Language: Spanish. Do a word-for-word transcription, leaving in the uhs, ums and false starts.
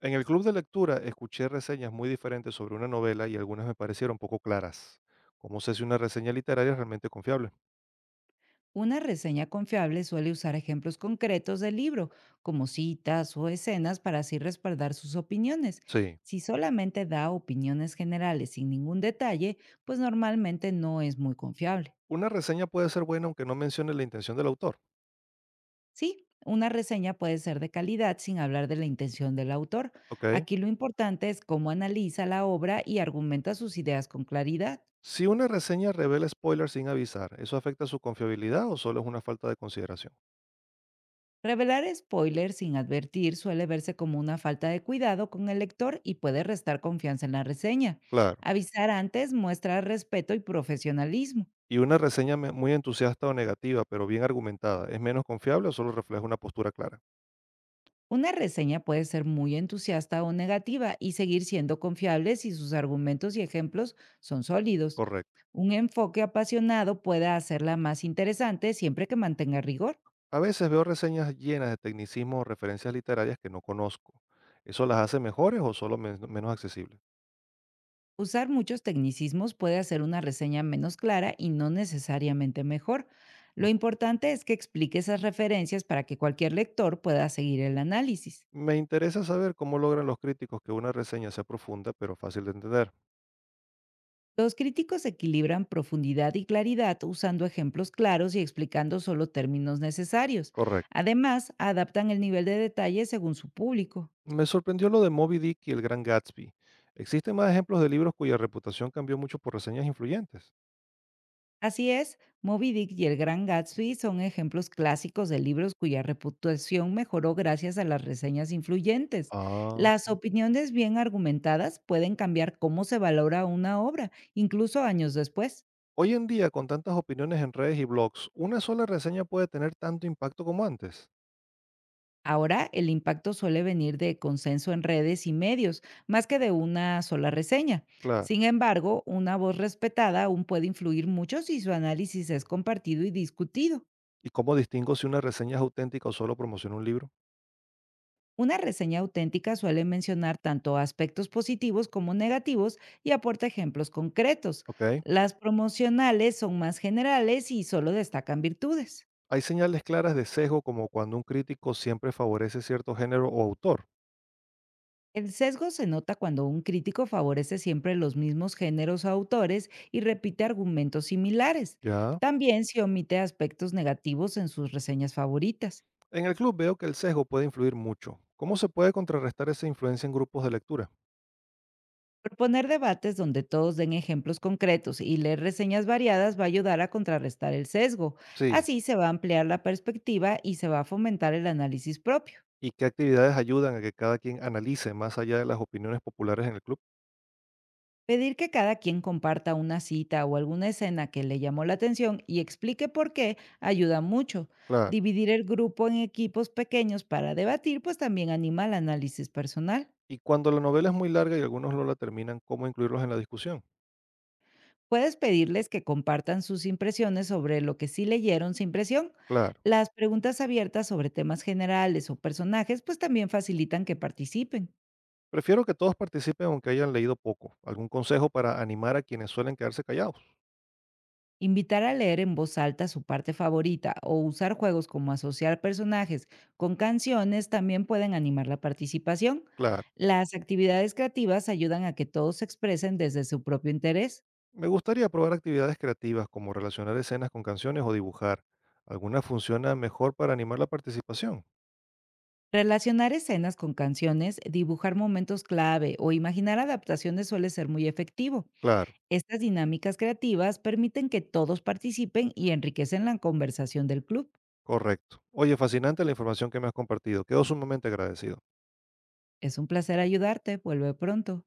En el club de lectura escuché reseñas muy diferentes sobre una novela y algunas me parecieron poco claras. ¿Cómo sé si una reseña literaria es realmente confiable? Una reseña confiable suele usar ejemplos concretos del libro, como citas o escenas, para así respaldar sus opiniones. Sí. Si solamente da opiniones generales sin ningún detalle, pues normalmente no es muy confiable. Una reseña puede ser buena aunque no mencione la intención del autor, Sí, una reseña puede ser de calidad sin hablar de la intención del autor. ¿ok? Aquí lo importante es cómo analiza la obra y argumenta sus ideas con claridad. Si una reseña revela spoilers sin avisar, ¿eso afecta su confiabilidad o solo es una falta de consideración? Revelar spoilers sin advertir suele verse como una falta de cuidado con el lector y puede restar confianza en la reseña. Claro. Avisar antes muestra respeto y profesionalismo. ¿Y una reseña me- muy entusiasta o negativa, pero bien argumentada, es menos confiable o solo refleja una postura clara? Una reseña puede ser muy entusiasta o negativa y seguir siendo confiable si sus argumentos y ejemplos son sólidos. Correcto. Un enfoque apasionado puede hacerla más interesante siempre que mantenga rigor. A veces veo reseñas llenas de tecnicismos o referencias literarias que no conozco. ¿Eso las hace mejores o solo men- menos accesibles? Usar muchos tecnicismos puede hacer una reseña menos clara y no necesariamente mejor. Lo Ujú. importante es que explique esas referencias para que cualquier lector pueda seguir el análisis. Me interesa saber cómo logran los críticos que una reseña sea profunda pero fácil de entender. Los críticos equilibran profundidad y claridad usando ejemplos claros y explicando solo términos necesarios. Correcto. Además, adaptan el nivel de detalle según su público. Me sorprendió lo de Moby Dick y el Gran Gatsby. ¿Existen más ejemplos de libros cuya reputación cambió mucho por reseñas influyentes? Así es, Moby Dick y El Gran Gatsby son ejemplos clásicos de libros cuya reputación mejoró gracias a las reseñas influyentes. Ah. Las opiniones bien argumentadas pueden cambiar cómo se valora una obra, incluso años después. Hoy en día, con tantas opiniones en redes y blogs, ¿una sola reseña puede tener tanto impacto como antes? Ahora, el impacto suele venir de consenso en redes y medios, más que de una sola reseña. Claro. Sin embargo, una voz respetada aún puede influir mucho si su análisis es compartido y discutido. ¿Y cómo distingo si una reseña es auténtica o solo promociona un libro? Una reseña auténtica suele mencionar tanto aspectos positivos como negativos y aporta ejemplos concretos. Ok. Las promocionales son más generales y solo destacan virtudes. Hay señales claras de sesgo como cuando un crítico siempre favorece cierto género o autor. El sesgo se nota cuando un crítico favorece siempre los mismos géneros o autores y repite argumentos similares. Ya. También se omite aspectos negativos en sus reseñas favoritas. En el club veo que el sesgo puede influir mucho. ¿Cómo se puede contrarrestar esa influencia en grupos de lectura? Proponer debates donde todos den ejemplos concretos y leer reseñas variadas va a ayudar a contrarrestar el sesgo. Sí. Así se va a ampliar la perspectiva y se va a fomentar el análisis propio. ¿Y qué actividades ayudan a que cada quien analice más allá de las opiniones populares en el club? Pedir que cada quien comparta una cita o alguna escena que le llamó la atención y explique por qué ayuda mucho. Claro. Dividir el grupo en equipos pequeños para debatir pues también anima al análisis personal. ¿Y cuando la novela es muy larga y algunos no la terminan, cómo incluirlos en la discusión? Puedes pedirles que compartan sus impresiones sobre lo que sí leyeron sin presión. Claro. Las preguntas abiertas sobre temas generales o personajes pues también facilitan que participen. Prefiero que todos participen aunque hayan leído poco. ¿Algún consejo para animar a quienes suelen quedarse callados? Invitar a leer en voz alta su parte favorita o usar juegos como asociar personajes con canciones también pueden animar la participación. Claro. Las actividades creativas ayudan a que todos se expresen desde su propio interés. Me gustaría probar actividades creativas como relacionar escenas con canciones o dibujar. ¿Alguna funciona mejor para animar la participación? Relacionar escenas con canciones, dibujar momentos clave o imaginar adaptaciones suele ser muy efectivo. Claro, Estas dinámicas creativas permiten que todos participen y enriquecen la conversación del club. correcto. Oye, fascinante la información que me has compartido. Quedo sumamente agradecido. Es un placer ayudarte. Vuelve pronto.